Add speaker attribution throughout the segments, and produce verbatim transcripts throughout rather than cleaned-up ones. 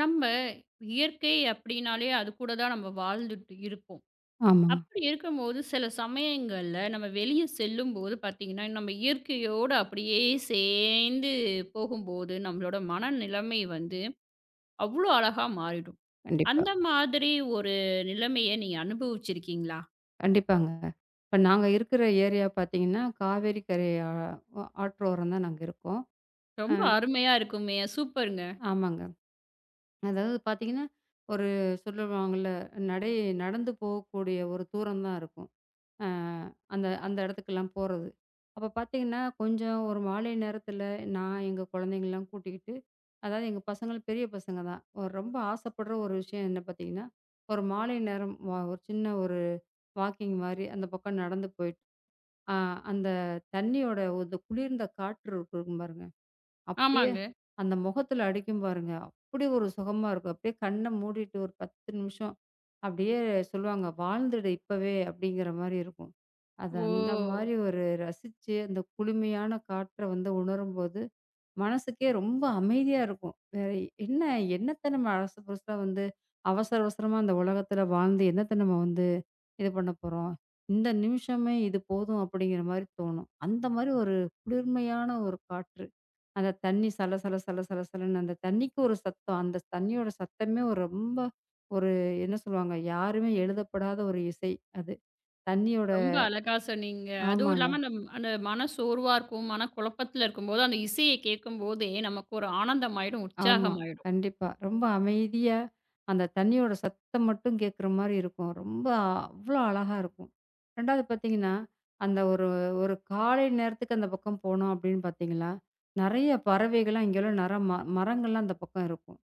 Speaker 1: நம்ம இயற்கை அப்படின்னாலே அது கூட தான் நம்ம வாழ்ந்துட்டு இருப்போம்.
Speaker 2: ஆமா.
Speaker 1: அப்படி இருக்கும்போது சில சமயங்கள்ல நம்ம வெளிய செல்லும்போது பார்த்தீங்கன்னா, நம்ம இயற்கையோட அப்படியே சேர்ந்து போகும்போது, நம்மளோட மனநிலைமை வந்து அவ்ளோ அழகா மாறிடும்.
Speaker 2: கண்டிப்பா,
Speaker 1: அந்த மாதிரி ஒரு நிலைமைய நீங்க அனுபவிச்சிருக்கீங்களா?
Speaker 2: கண்டிப்பாங்க. இப்ப நாங்க இருக்கிற ஏரியா பார்த்தீங்கன்னா, காவேரி கரை ஆ ஆற்றோரம் தான் நாங்க இருக்கோம். ஆ.
Speaker 1: ரொம்ப அருமையா இருக்குமே! சூப்பருங்க.
Speaker 2: ஆமாங்க. அதாவது பார்த்தீங்கன்னா, ஒரு சொல்லுவாங்கல்ல, நடை நடந்து போகக்கூடிய ஒரு தூரம் தான் இருக்கும். அ அந்த அந்த இடத்துக்கெல்லாம் போறது. அப்ப பார்த்தீங்கன்னா, கொஞ்சம் ஒரு மாலை நேரத்தில நான் எங்க குழந்தைங்கலாம் கூட்டிக்கிட்டு, அதாவது எங்க பசங்க பெரிய பசங்க தான். ஒரு ரொம்ப ஆசைப்படுற ஒரு விஷயம் என்ன பார்த்தீங்கன்னா, ஒரு மாலை நேரம் வ ஒரு சின்ன ஒரு வாக்கிங் மாரி அந்த பக்கம் நடந்து போயிட்டு ஆ அந்த தண்ணியோட அந்த குளிர்ந்த காற்று இருக்கு- இருக்கும் பாருங்க. அப்படியே
Speaker 1: ஆமாங்க.
Speaker 2: அந்த முகத்துல அடிக்கும் பாருங்க. அப்படி ஒரு சுகமா இருக்கும். அப்படியே கண்ண மூடிட்டு ஒரு பத்து நிமிஷம் அப்படியே சொல்லுவாங்க, "வாழ்ந்துடு இப்பவே" அப்படிங்கிற மாரி இருக்கும். அது அந்த
Speaker 1: ஓ!
Speaker 2: மாரி ஒரு ரசிச்சு அந்த குளுமையான காற்ற வந்து உணரும்போது மனசுக்கே ரொம்ப அமைதியா இருக்கும். வேற என்ன என்னத்த நம்ம அரசு புதுசா வந்து அவசர அவசரமா இந்த உலகத்துல வாழ்ந்து என்னத்த நம்ம வந்து இது பண்ண போறோம். இந்த நிமிஷமே இது போதும் அப்படிங்கிற மாரி தோணும். அந்த மாரி ஒரு குளிர்மையான ஒரு காற்று. அந்த தண்ணி சல சல சல சல சலன்னு அந்த தண்ணிக்கு ஒரு சத்தம். அந்த தண்ணியோட சத்தமே ஒரு ரொம்ப ஒரு என்ன சொல்லுவாங்க? யாருமே எழுதப்படாத ஒரு இசை அது. தண்ணியோட
Speaker 1: ரொம்ப அழகா சொன்னீங்க. அதுவும்
Speaker 2: ஆமாங்க.
Speaker 1: இல்லாம அந்த அந்த மன சோர்வா இருக்கும், மன குழப்பத்துல இருக்கும்போது, அந்த இசைய கேட்கும்போதே நமக்கு ஒரு ஆனந்தமாயிடும்,
Speaker 2: ஆமா.
Speaker 1: உற்சாகமாயிடும்.
Speaker 2: கண்டிப்பா. ரொம்ப அமைதியா, அந்த தண்ணியோட சத்தம் மட்டும் கேட்குற மாரி இருக்கும். ரொம்ப அவ்ளோ அழகா இருக்கும். ரெண்டாவது பார்த்தீங்கன்னா, அந்த ஒரு ஒரு காலை நேரத்துக்கு அந்த பக்கம் போனோம் அப்படின்னு பார்த்தீங்களா, நெறைய பறவைகள்லாம் இங்கெல்லாம் நெற ம மரங்கள்லாம் அந்த பக்கம் இருக்கும்.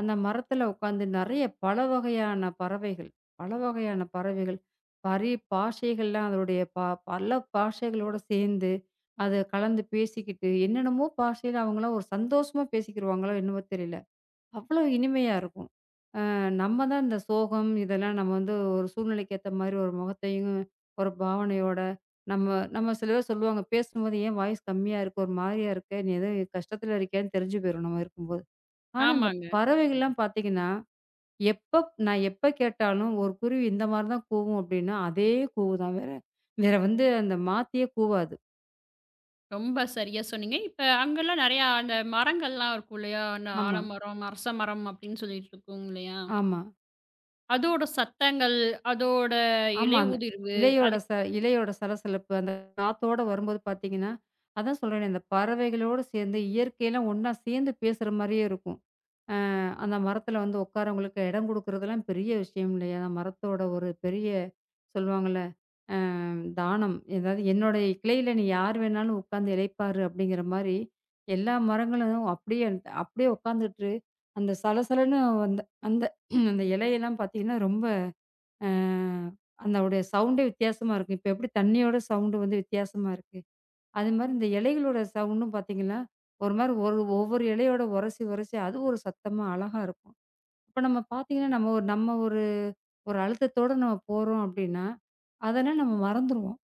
Speaker 2: அந்த மரத்தில உட்காந்து நெறைய பல வகையான பறவைகள், பல வகையான பறவைகள், பரி பாஷைகள்லாம் அதனுடைய ப பல பாஷைகளோட சேர்ந்து அத கலந்து பேசிக்கிட்டு, என்னென்னமோ பாஷையில அவங்கலாம் ஒரு சந்தோஷமா பேசிக்கிருவாங்களோ என்னவோ தெரியல. அவ்வளோ இனிமையா இருக்கும். அ நம்ம தான் இந்த சோகம் இதெல்லாம் நம்ம வந்து ஒரு சூழ்நிலைக்கு ஏத்த மாரி ஒரு முகத்தையும், ஒரு பாவனையோட நம்ம நம்ம சில பேர் சொல்லுவாங்க, பேசும்போது "ஏன் வாய்ஸ் கம்மியா இருக்கு? ஒரு மாரியா இருக்க? நீ ஏதோ கஷ்டத்துல இருக்கியான்னு?" தெரிஞ்சு போயிரும் நம்ம இருக்கும்போது. ஆனா, இந்த
Speaker 1: ஆமாங்க.
Speaker 2: பறவைகள்லாம் பார்த்தீங்கன்னா, எப்ப நான் எப்ப கேட்டாலும் ஒரு குருவி இந்த மாரி தான் கூவும் அப்டின்னா, அதே கூவு தான். வேற வேற வந்து அந்த மாத்தியே கூவாது.
Speaker 1: ரொம்ப சரியா சொன்னீங்க. இப்ப அங்கலாம் நெறையா அந்த மரங்கள்லாம் இருக்கும் இல்லையா? அந்த
Speaker 2: ஆமா,
Speaker 1: ஆலமரம், அரச மரம் அப்படின்னு சொல்லிட்டு இருக்கும் இல்லையா?
Speaker 2: ஆமா.
Speaker 1: அதோட சத்தங்கள், அதோட இலை
Speaker 2: ஆமாங்க.
Speaker 1: உதிர்வு,
Speaker 2: இலையோட
Speaker 1: அது
Speaker 2: ச இலையோட சலசலப்பு அந்த காத்தோட வரும்போது பார்த்தீங்கன்னா, அதான் சொல்றேனே அந்த பறவைகளோடு சேர்ந்து இயற்கையெல்லாம் ஒண்ணா சேர்ந்து பேசுற மாரியே இருக்கும். அ அந்த மரத்துல வந்து உட்காரவங்களுக்கு இடம் குடுக்குறதெல்லாம் பெரிய விஷயம் இல்லையா? அந்த மரத்தோட ஒரு பெரிய சொல்லுவாங்கல்ல ஹம், தானம். ஏதாவது "என்னுடைய கிளையில நீ யார் வேணாலும் உட்கார்ந்து இளைப்பாரு" அப்படிங்கிற மாரி எல்லா மரங்களும் அப்படியே அந்த- அப்படியே உட்காந்துட்டு அந்த சலசலன்னு அந்த அந்த அந்த இலையெல்லாம் பார்த்தீங்கன்னா ரொம்ப அ அதோடைய சவுண்டே வித்தியாசமா இருக்கும். இப்ப எப்படி தண்ணியோட சவுண்டு வந்து வித்தியாசமா இருக்கு. அது மாரி இந்த இலைகளோட சவுண்டும் பார்த்தீங்கன்னா, ஒரு மாரி ஒரு ஒவ்வொரு இலையோட உரசி, உரசி அது ஒரு சத்தமா அழகா இருக்கும். அப்ப நம்ம பார்த்தீங்கன்னா, நம்ம ஒரு நம்ம ஒரு ஒரு அழுத்தத்தோட நம்ம போறோம் அப்படின்னா, அதெல்லாம் நம்ம மறந்துருவோம்.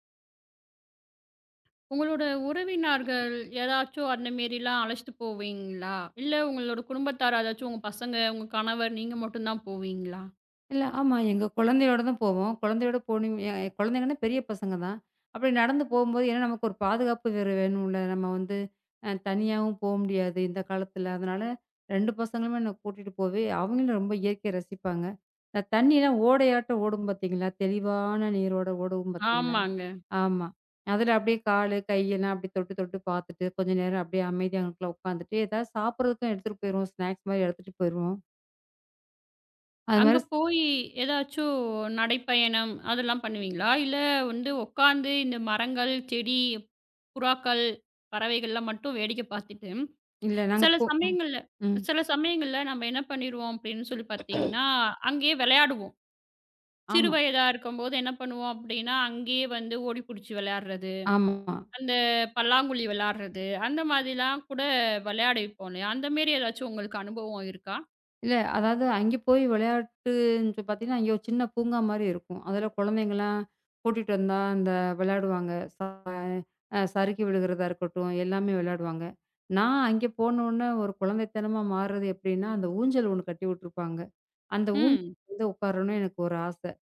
Speaker 1: உங்களோட உறவினர்கள் யாராச்சும் அந்த மாரிலாம் அழைச்சிட்டு போவீங்களா? இல்ல உங்களோட குடும்பத்தார் யாராச்சும் உங்க பசங்க, உங்க கணவர் நீங்க மட்டும் தான் போவீங்களா?
Speaker 2: இல்ல. ஆமா. எங்க குழந்தையோட தான் போவோம். குழந்தையோட போணும் எ குழந்தைங்கன்னா பெரிய பசங்க தான். அப்படி நடந்து போகும்போது ஏன்னா நமக்கு ஒரு பாதுகாப்பு வேற வேணும்ல. நம்ம வந்து அ தனியாவும் போ முடியாது இந்த காலத்துல. அதனால ரெண்டு பசங்களுமே நான் கூட்டிட்டு போவே, அவங்களும் ரொம்ப இயற்கைய ரசிப்பாங்க. இந்த தண்ணிலாம் ஓடையாட்டம் ஓடும் பார்த்தீங்களா? தெளிவான நீரோட ஓடும் பார்த்தீங்களா?
Speaker 1: ஆமாங்க.
Speaker 2: ஆமா. அதுல அப்படியே காலு, கையெல்லாம் அப்படியே தொட்டு தொட்டு பார்த்துட்டு, கொஞ்ச நேரம் அப்படியே அமைதியா அங்கனக்குள்ள உட்காந்துட்டு, ஏதாவது சாப்பிடுறதுக்கும் எடுத்துட்டு போயிருவோம். ஸ்நாக்ஸ் மாரி எடுத்துட்டு போயிருவோம். அது
Speaker 1: அங்க
Speaker 2: மாரி ஸ்
Speaker 1: போயி ஏதாச்சும் நடைப்பயணம் அதெல்லாம் பண்ணுவீங்களா? இல்ல வந்து உட்காந்து இந்த மரங்கள், செடி, புறாக்கள், பறவைகள்லாம் மட்டும் வேடிக்கை பார்த்துட்டு,
Speaker 2: இல்ல நாங்க
Speaker 1: சில
Speaker 2: போ ம்.
Speaker 1: சமயங்கள்ல
Speaker 2: ம்.
Speaker 1: சில சமயங்கள்ல நம்ம என்ன பண்ணிருவோம் அப்படின்னு சொல்லி பார்த்தீங்கன்னா, அங்கேயே விளையாடுவோம். சிறு
Speaker 2: ஆமா,
Speaker 1: வயதா இருக்கும்போது என்ன பண்ணுவோம் அப்படின்னா, அங்கேயே வந்து ஓடி புடிச்சு விளையாடுறது,
Speaker 2: ஆமா.
Speaker 1: அந்த பல்லாங்குழி விளையாடுறது, அந்த மாதிரிலாம் கூட விளையாடிருப்போம் இல்லையா? அந்த மாரி ஏதாச்சும் உங்களுக்கு அனுபவம் இருக்கா?
Speaker 2: இல்ல அதாவது அங்கே போய் விளையாட்டுன்னு பார்த்தீங்கன்னா, அங்கே ஒரு சின்ன பூங்கா மாரி இருக்கும். அதில குழந்தைங்கலாம் கூட்டிட்டு வந்தா அந்த விளையாடுவாங்க. ச அ சறுக்கி விழுகிறதா இருக்கட்டும், எல்லாமே விளையாடுவாங்க. நான் அங்கே போனோனே ஒரு குழந்தைத்தனமா மாறுறது எப்படின்னா, அந்த ஊஞ்சல் ஒண்ணு கட்டி விட்டுருப்பாங்க. அந்த ஊஞ்சல்
Speaker 1: ம்.
Speaker 2: வந்து உட்காரணும்னு எனக்கு ஒரு ஆசை.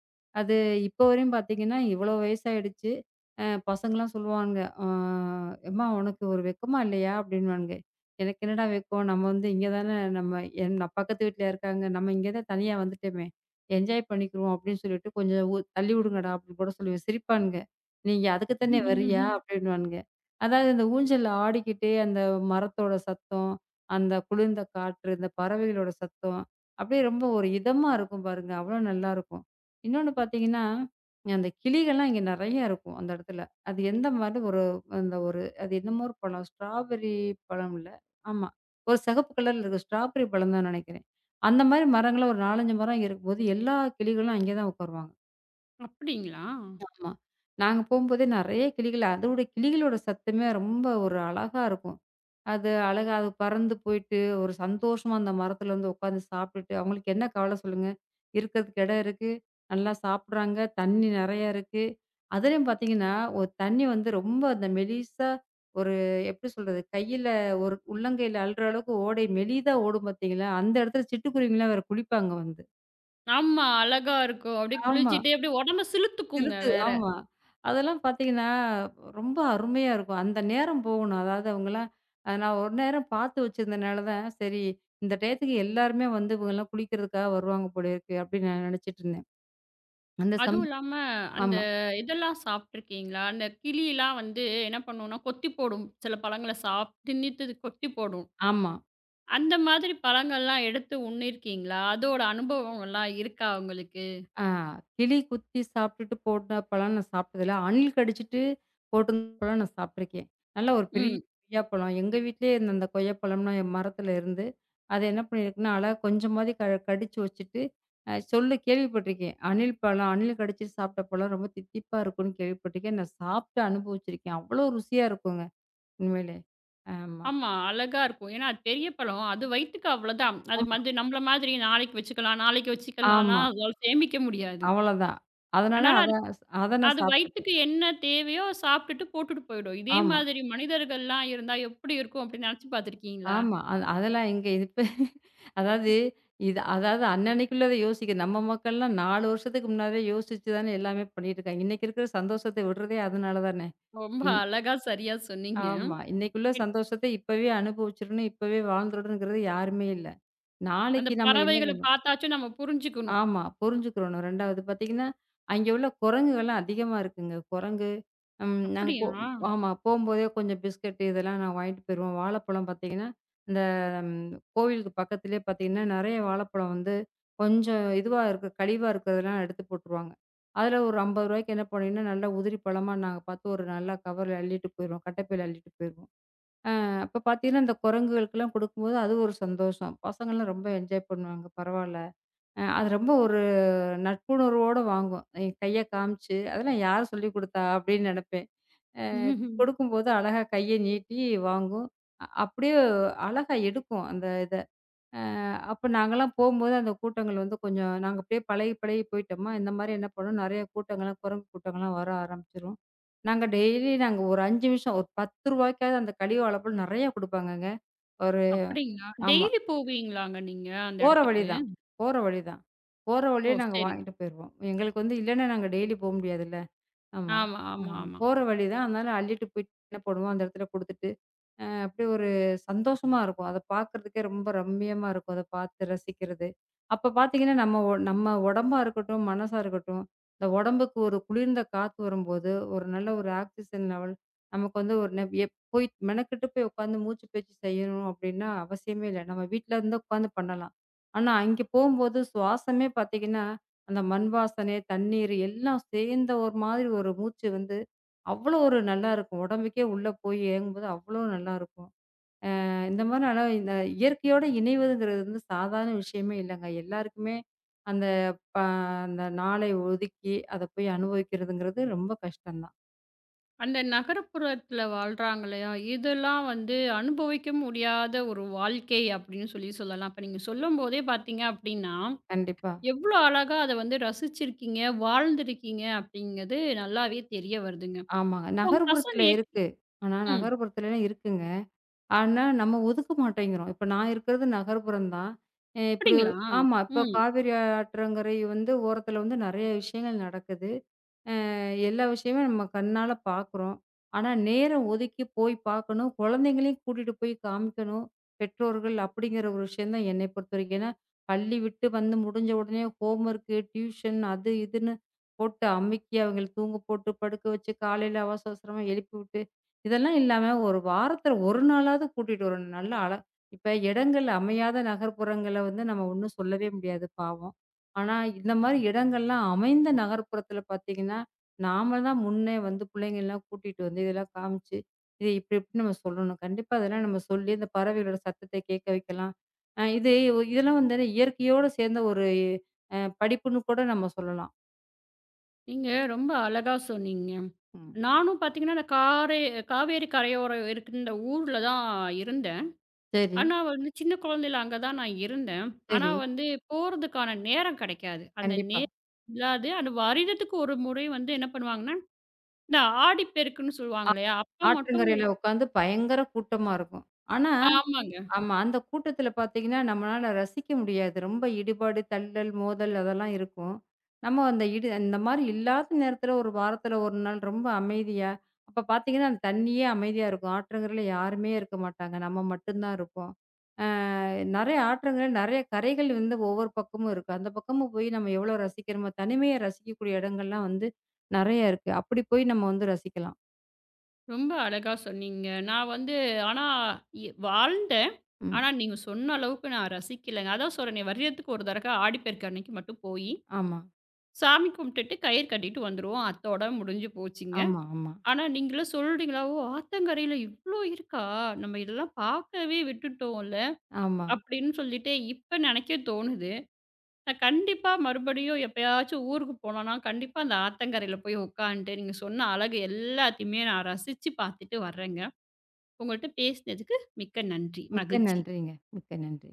Speaker 2: அது இப்போ வரையும் பார்த்தீங்கன்னா, இவ்வளோ வயசாயிடுச்சு. அ பசங்கலாம் சொல்லுவாங்க, "அ எம்மா உனக்கு ஒரு வெக்கமா இல்லையா?" அப்படின்னுவானுங்க. எனக்கு என்னடா வெட்கம். நம்ம வந்து இங்க தானே நம்ம என் நான் பக்கத்து வீட்ல இருக்காங்க. நம்ம இங்க தான் தனியா வந்துட்டோமே! என்ஜாய் பண்ணிக்குருவோம் அப்டின்னு சொல்லிட்டு, "கொஞ்சம் உ தள்ளி விடுங்கடா" அப்டின்னு கூட சொல்லுவேன். சிரிப்பானுங்க. "நீங்க அதுக்கு தானே வர்றியா?" அப்டின்னுவானுங்க. அதாவது இந்த ஊஞ்சல்ல ஆடிக்கிட்டே அந்த மரத்தோட சத்தம், அந்த குளிர்ந்த காற்று, இந்த பறவைகளோட சத்தம், அப்டியே ரொம்ப ஒரு இதமா இருக்கும் பாருங்க. அவ்ளோ நல்லாருக்கும். இன்னொன்னு பார்த்தீங்கன்னா, அந்த கிளிகள்லாம் இங்க நெறையா இருக்கும் அந்த இடத்துல. அது எந்த மாதிரி ஒரு அந்த ஒரு அது என்னமோ ஒரு பழம். ஸ்ட்ராபெர்ரி பழம் ஆமா. ஒரு சிகப்பு கலர்ல இருக்கும். ஸ்ட்ராபெர்ரி பழம் தான் நெனைக்கிறேன். அந்த மாரி மரங்கள்லாம் ஒரு நாலு, அஞ்சு மரம் இருக்கும்போது, எல்லா கிளிகளும் அங்கே தான் உட்காருவாங்க.
Speaker 1: அப்படிங்களா?
Speaker 2: ஆமா. நாங்க போம்போதே நெறைய கிளிகள் அதோட கிளிகளோட சத்தமே ரொம்ப ஒரு அழகா இருக்கும். அது அழகா அது பறந்து போயிட்டு, ஒரு சந்தோஷமா அந்த மரத்துல வந்து உட்காந்து சாப்பிட்டுட்டு, அவங்களுக்கு என்ன கவலை சொல்லுங்க? இருக்கிறதுக்கு இடம் இருக்கு, நல்லா சாப்பிடுறாங்க, தண்ணி நெறையா இருக்கு. அதுலயும் பார்த்தீங்கன்னா, ஒரு தண்ணி வந்து ரொம்ப அந்த மெலிசா ஒரு எப்படி சொல்றது? கையில ஒரு உள்ளங்கையில அள்ளுற அளவுக்கு ஓடை மெலிதா ஓடும் பார்த்தீங்களா? அந்த இடத்துல சிட்டுக்குருவிங்கலாம் வேற குளிப்பாங்க வந்து.
Speaker 1: ஆமா. அழகா இருக்கும். அப்படியே
Speaker 2: ஆமா.
Speaker 1: குளிச்சுட்டு அப்படியே உடம்ப சிலுத்துக்குங்க
Speaker 2: சிலுக்கு
Speaker 1: வேற.
Speaker 2: ஆமா. அதெல்லாம் பார்த்தீங்கன்னா, ரொம்ப அருமையா இருக்கும். அந்த நேரம் போகணும். அதாவது அவங்கலாம் அ நான் ஒரு நேரம் பார்த்து வச்சிருந்தனால தான், சரி இந்த டயத்துக்கு எல்லாருமே வந்து இவங்கலாம் குளிக்கிறதுக்காக வருவாங்க போல இருக்கு, அப்படின்னு நான் நினைச்சிட்டுருந்தேன். அந்த
Speaker 1: அதுவும்
Speaker 2: சமயம்
Speaker 1: இல்லாம அந்த
Speaker 2: ஆமா,
Speaker 1: இதெல்லாம் சாப்பிட்டுருக்கீங்களா? அந்த கிளிலாம் வந்து என்ன பண்ணும்னா, கொத்தி போடும். சில பழங்கள சாப் திணித்து கொத்தி போடும்.
Speaker 2: ஆமா.
Speaker 1: அந்த மாதிரி பழங்கள்லாம் எடுத்து உண்ணிருக்கீங்களா? அதோட அனுபவம்லாம் இருக்கா உங்களுக்கு?
Speaker 2: ஆ கிளி குத்தி சாப்பிட்டுட்டு போட்ட பழம் நான் சாப்பிட்டதில்ல. அணில் கடிச்சிட்டு போட்டிருந்த பழம் நான் சாப்பிட்டுருக்கேன். நல்லா ஒரு பெரிய
Speaker 1: ம்.
Speaker 2: கொய்யாப்பழம். எங்க வீட்லயே இருந்த அந்த கொய்யாப்பழம்னா என் மரத்துல இருந்து, அத என்ன பண்ணியிருக்குன்னா, அழகா கொஞ்சமாவது க கடிச்சு வச்சுட்டு, அ சொல்லு கேள்விப்பட்டிருக்கேன். அணில் பழம் அணில் கடிச்சு சாப்பிட்ட பழம் ரொம்ப தித்திப்பா இருக்கும்னு கேள்விப்பட்டிருக்கேன். நான் சாப்பிட்டு அனுபவிச்சிருக்கேன். அவ்வளோ ருசியா இருக்குங்க. உண்மையிலே. ஆமா.
Speaker 1: ஆமா. அழகா இருக்கும். ஏன்னா அது பெரிய பழம். அது வயித்துக்கு அவ்வளோதான். அது
Speaker 2: ஆமா,
Speaker 1: வந்து நம்மள மாதிரி நாளைக்கு வச்சுக்கலாம், நாளைக்கு
Speaker 2: ஆமா.
Speaker 1: வச்சுக்கலாம்லாம் அதால சேமிக்க முடியாது.
Speaker 2: அவ்வளோதான். அதனால
Speaker 1: அதனால
Speaker 2: அத அத நான்
Speaker 1: அது
Speaker 2: சாப்பிட்டுருக்கேன்.
Speaker 1: வயித்துக்கு என்ன தேவையோ சாப்பிட்டுட்டு போட்டுட்டு போயிடும். இதே
Speaker 2: ஆமா.
Speaker 1: மாதிரி மனிதர்கள்லாம் இருந்தா எப்படி இருக்கும் அப்படின்னு நினைச்சு பார்த்துருக்கீங்களா?
Speaker 2: ஆமா. அது அதெல்லாம் எங்க இது இப்ப அதாவது இது அதாவது அன்னன்னைக்குள்ளத யோசிக்க நம்ம மக்கள்லாம் நாலு வருஷத்துக்கு முன்னாடியே யோசிச்சு தானே எல்லாமே பண்ணிட்டு இருக்காங்க. இன்னைக்கு இருக்கிற சந்தோஷத்த விடுறதே அதனால தானே.
Speaker 1: ரொம்ப
Speaker 2: இன்
Speaker 1: அழகா சரியா சொன்னீங்க.
Speaker 2: ஆமா. இன்னைக்குள்ள
Speaker 1: பின்
Speaker 2: சந்தோஷத்த இப்பவே அனுபவிச்சுரணும், இப்பவே வாழ்ந்துரணுங்கிறது யாருமே இல்ல.
Speaker 1: அந்த
Speaker 2: நாளைக்கு நம்ம என்ன
Speaker 1: பறவைகள
Speaker 2: வேணும்?
Speaker 1: பார்த்தாச்சும் நம்ம புரிஞ்சுக்கணும்.
Speaker 2: ஆமா. புரிஞ்சுக்கிறணும். ரெண்டாவது பார்த்தீங்கன்னா, அங்கே உள்ள குரங்குகள்லாம் அதிகமா இருக்குங்க. குரங்கு, ம் நாங்க போ
Speaker 1: அப்படியா?
Speaker 2: ஆமா. போம்போதே கொஞ்சம் பிஸ்கட் இதெல்லாம் நான் வாங்கிட்டு போயிருவோம். வாழைப்பழம் பார்த்தீங்கன்னா, இந்த ம் கோவிலுக்கு பக்கத்திலேயே பார்த்தீங்கன்னா, நெறைய வாழைப்பழம் வந்து கொஞ்சம் இதுவா இருக்க கழிவா இருக்கிறதெல்லாம் எடுத்து போட்டுருவாங்க. அதில ஒரு ஐம்பது ரூபாய்க்கு என்ன பண்ணீங்கன்னா, நல்லா உதிரி பழமா நாங்க பார்த்து ஒரு நல்லா கவர்ல அள்ளிட்டு போயிருவோம். கட்டைப்பையில அள்ளிட்டு போயிருவோம். அ அப்ப பார்த்தீங்கன்னா, இந்த குரங்குகளுக்கெல்லாம் குடுக்கும்போது அது ஒரு சந்தோஷம். பசங்கள்லாம் ரொம்ப என்ஜாய் பண்ணுவாங்க. பரவால்ல. அ அது ரொம்ப ஒரு நட்புணர்வோட வாங்கும். என் கைய காமிச்சு, "அதெல்லாம் யார் சொல்லிக் குடுத்தா?" அப்படின்னு நெனப்பேன். அ
Speaker 1: ம்ஹும்.
Speaker 2: கொடுக்கும்போது அழகா கைய நீட்டி வாங்கும். அ அப்படியே அழகா எடுக்கும் அந்த இத. அ அப்ப நாங்கலாம் போம்போது அந்த கூட்டங்கள் வந்து கொஞ்சம் நாங்க அப்படியே பழகி, பழகி போயிட்டோமா, இந்த மாரி என்ன பண்ணும், நெறைய கூட்டங்கள்லாம் குரங்கு கூட்டங்கள்லாம் வர ஆரம்பிச்சுரும். நாங்க டெய்லி நாங்க ஒரு அஞ்சு நிமிஷம் ஒரு பத்து ரூபாய்க்காவது அந்த கலிவாழப்பழம் நெறையா குடுப்பாங்கங்க. ஒரு
Speaker 1: அப்படிங்களா?
Speaker 2: ஆமா.
Speaker 1: டெய்லி போவீங்களாங்க நீங்க அந்த
Speaker 2: போற
Speaker 1: இடத்துக்கு?
Speaker 2: வழிதான். போற வழிதான். போற
Speaker 1: ஓ!
Speaker 2: வழியே நாங்க
Speaker 1: சரி.
Speaker 2: வாங்கிட்டு போயிருவோம். எங்களுக்கு வந்து இல்லன்னா நாங்க டெய்லி போ முடியாதுல்ல. ஆமா.
Speaker 1: ஆமா,
Speaker 2: ஆ
Speaker 1: ஆமா, ஆமா.
Speaker 2: போற வழிதான். அதனால அள்ளிட்டு போயிட்டு என்ன பண்ணுவோம், அந்த இடத்துல குடுத்துட்டு அ அப்படியே ஒரு சந்தோஷமா இருக்கும். அத பார்க்கறதுக்கே ரொம்ப ரம்மியமா இருக்கும். அத பார்த்து ரசிக்கிறது. அப்ப பார்த்தீங்கன்னா, நம்ம ஒ நம்ம உடம்பா இருக்கட்டும், மனசா இருக்கட்டும், இந்த உடம்புக்கு ஒரு குளிர்ந்த காத்து வரும்போது, ஒரு நல்ல ஒரு ஆக்ஸிஜன் லெவல் நமக்கு வந்து ஒரு நெப் எப் போய் மெனக்கெட்டு போய் உட்காந்து மூச்சு பயிற்சி செய்யணும் அப்படின்னா அவசியமே இல்ல. நம்ம வீட்ல இருந்து உட்காந்து பண்ணலாம். ஆனா, அங்கே போம்போது சுவாசமே பார்த்தீங்கன்னா, அந்த மண் வாசனை, தண்ணீர் எல்லாம் சேர்ந்த ஒரு மாதிரி ஒரு மூச்சு வந்து அவ்வளோ ஒரு நல்லாருக்கும். உடம்புக்கே உள்ள போய் இறங்கும்போது அவ்வளோ நல்லாருக்கும். அ இந்த மாரி ஆனா இந்த இயற்கையோட இணைவதுங்கிறது வந்து சாதாரண விஷயமே இல்லங்க. எல்லாருக்குமே அந்த ப அந்த நாளை ஒதுக்கி அத போய் அனுபவிக்கிறதுங்கிறது ரொம்ப கஷ்டம் தான்.
Speaker 1: அந்த நகரப்புறத்துல வாழ்றாங்க இல்லையா? இதெல்லாம் வந்து அனுபவிக்க முடியாத ஒரு வாழ்க்கை அப்படின்னு சொல்லி சொல்லலாம். இப்ப நீங்க சொல்லும்போதே பார்த்தீங்க அப்படின்னா
Speaker 2: கண்டிப்பா.
Speaker 1: எவ்வளோ அழகா அத வந்து ரசிச்சிருக்கீங்க, வாழ்ந்திருக்கீங்க அப்படிங்கிறது நல்லாவே தெரிய வருதுங்க.
Speaker 2: ஆமாங்க.
Speaker 1: உங்க பசங்க
Speaker 2: நகர்ப்புறத்துல
Speaker 1: எக்-
Speaker 2: இருக்கு. ஆனா
Speaker 1: ம்.
Speaker 2: நகர்ப்புறத்துலலாம் இருக்குங்க. ஆனா நம்ம ஒதுக்க மாட்டேங்கிறோம். இப்ப நான் இருக்கிறது நகர்ப்புறம் தான். அ இப்படி ஒரு
Speaker 1: அப்படிங்களா?
Speaker 2: ஆமா. இப்ப
Speaker 1: ம்.
Speaker 2: காவிரி ஆற்றங்கரை வந்து ஓரத்துல வந்து நெறைய விஷயங்கள் நடக்குது. அ எல்லா விஷயமே நம்ம கண்ணால பார்க்குறோம். ஆனா, நேரம் ஒதுக்கி போய் பார்க்கணும். குழந்தைங்களையும் கூட்டிட்டு போய் காமிக்கணும். பெற்றோர்கள் அப்படிங்கிற ஒரு விஷயம் தான் என்னை பொறுத்தவரைக்கும். ஏன்னா, பள்ளி விட்டு வந்து முடிஞ்ச உடனே ஹோம்வொர்க்கு, டியூஷன் அது இதுன்னு போட்டு அமுக்கி அவங்கள தூங்க போட்டு படுக்க வச்சு காலையில அவசர அவசரமா எழுப்பிவிட்டு, இதெல்லாம் இல்லாம ஒரு வாரத்துல ஒரு நாளாவது கூட்டிட்டு வரணும். நல்ல அழ இப்ப இடங்கள் அமையாத நகர்ப்புறங்கள வந்து நம்ம ஒண்ணும் சொல்லவே முடியாது பாவம். ஆனா, இந்த மாரி இடங்கள்லாம் அமைந்த நகர்ப்புறத்துல பார்த்தீங்கன்னா நாம தான் முன்னே வந்து பிள்ளைங்கள்லாம் கூட்டிட்டு வந்து இதெல்லாம் காமிச்சு, இது இப்டி இப்டி நம்ம சொல்லணும். கண்டிப்பா அதெல்லாம் நம்ம சொல்லி இந்த பறவைகளோட சத்தத்த கேட்க வைக்கலாம். அ இது ஒ- இதெல்லாம் வந்து இயற்கையோடு சேர்ந்த ஒரு அ படிப்புன்னு கூட நம்ம சொல்லலாம்.
Speaker 1: நீங்க ரொம்ப அழகா சொன்னீங்க.
Speaker 2: ம்.
Speaker 1: நானும் பார்த்தீங்கன்னா, அந்த காரை காவேரி கரையோரம் இருக்கின்ற ஊர்ல தான் இருந்தேன்.
Speaker 2: சரி,
Speaker 1: ஆனா வந்து சின்ன குழந்தையில அங்க தான் நான் இருந்தேன். ஆனா
Speaker 2: சரி.
Speaker 1: வந்து போறதுக்கான நேரம் கிடைக்காது. அந்த
Speaker 2: கண்டிப்பா.
Speaker 1: நேரம் இல்லாது அந்த வருடத்துக்கு ஒரு முறை வந்து என்ன பண்ணுவாங்கன்னா, இந்த ஆடிப்பெருக்குன்னு
Speaker 2: ஆ
Speaker 1: சொல்லுவாங்க இல்லையா? அப்ப மட்டும்
Speaker 2: ஆற்றங்கரையில உட்காந்து பயங்கர கூட்டமா இருக்கும். ஆனா
Speaker 1: ஆமாங்க.
Speaker 2: ஆமா. அந்த கூட்டத்துல பார்த்தீங்கன்னா, நம்மளால ரசிக்க முடியாது. ரொம்ப இடிபாடு, தள்ளல், மோதல் அதெல்லாம் இருக்கும். நம்ம அந்த இடு இந்த மாரி இல்லாத நேரத்துல ஒரு வாரத்துல ஒரு நாள் ரொம்ப அமைதியா அப்ப பார்த்தீங்கன்னா, அந்த தண்ணியே அமைதியா இருக்கும். ஆற்றங்கரையில யாருமே இருக்க மாட்டாங்க. நம்ம மட்டும் தான் இருப்போம். அ நெறைய ஆற்றங்கரை, நெறைய கரைகள் வந்து ஒவ்வொரு பக்கமும் இருக்கு. அந்த பக்கமும் போய் நம்ம எவ்வளோ ரசிக்கிறோமோ, தனிமைய ரசிக்கக்கூடிய இடங்கள்லாம் வந்து நெறைய இருக்கு. அப்படி போய் நம்ம வந்து ரசிக்கலாம்.
Speaker 1: ரொம்ப அழகா சொன்னீங்க. நான் வந்து ஆனா இ வாழ்ந்தேன்.
Speaker 2: ம்.
Speaker 1: ஆனா நீங்க சொன்ன அளவுக்கு நான் ரசிக்கலங்க. அதான் சொல்றேனே வருடத்துக்கு ஒரு தடக்க ஆடிப்பெருக்கு அன்னைக்கு மட்டும் போயி,
Speaker 2: ஆமா,
Speaker 1: சாமி கும்பிட்டுட்டு கயிறு கட்டிட்டு வந்துருவோம். அத்தோட முடிஞ்சு போச்சுங்க.
Speaker 2: ஆமா, ஆமா,
Speaker 1: ஆனா நீங்களும் சொல்றீங்களா, "ஓ! ஆத்தங்கரையில இவ்ளோ இருக்கா? நம்ம இதெல்லாம் பார்க்கவே விட்டுட்டோம்ல."
Speaker 2: ஆமா.
Speaker 1: அப்படின்னு சொல்லிட்டு இப்ப நெனைக்க தோணுது. நான் கண்டிப்பா மறுபடியும் எப்பயாச்சும் ஊருக்கு போனோம்னா, கண்டிப்பா அந்த ஆத்தங்கரையில போய் உட்காந்துட்டு, நீங்க சொன்ன அழகு எல்லாத்தையுமே நான் ரசிச்சு பார்த்துட்டு வரேங்க. உங்கள்ட்ட பேசினதுக்கு மிக்க நன்றி.
Speaker 2: மிக்க
Speaker 1: மகிழ்ச்சி.
Speaker 2: நன்றிங்க. மிக்க நன்றி.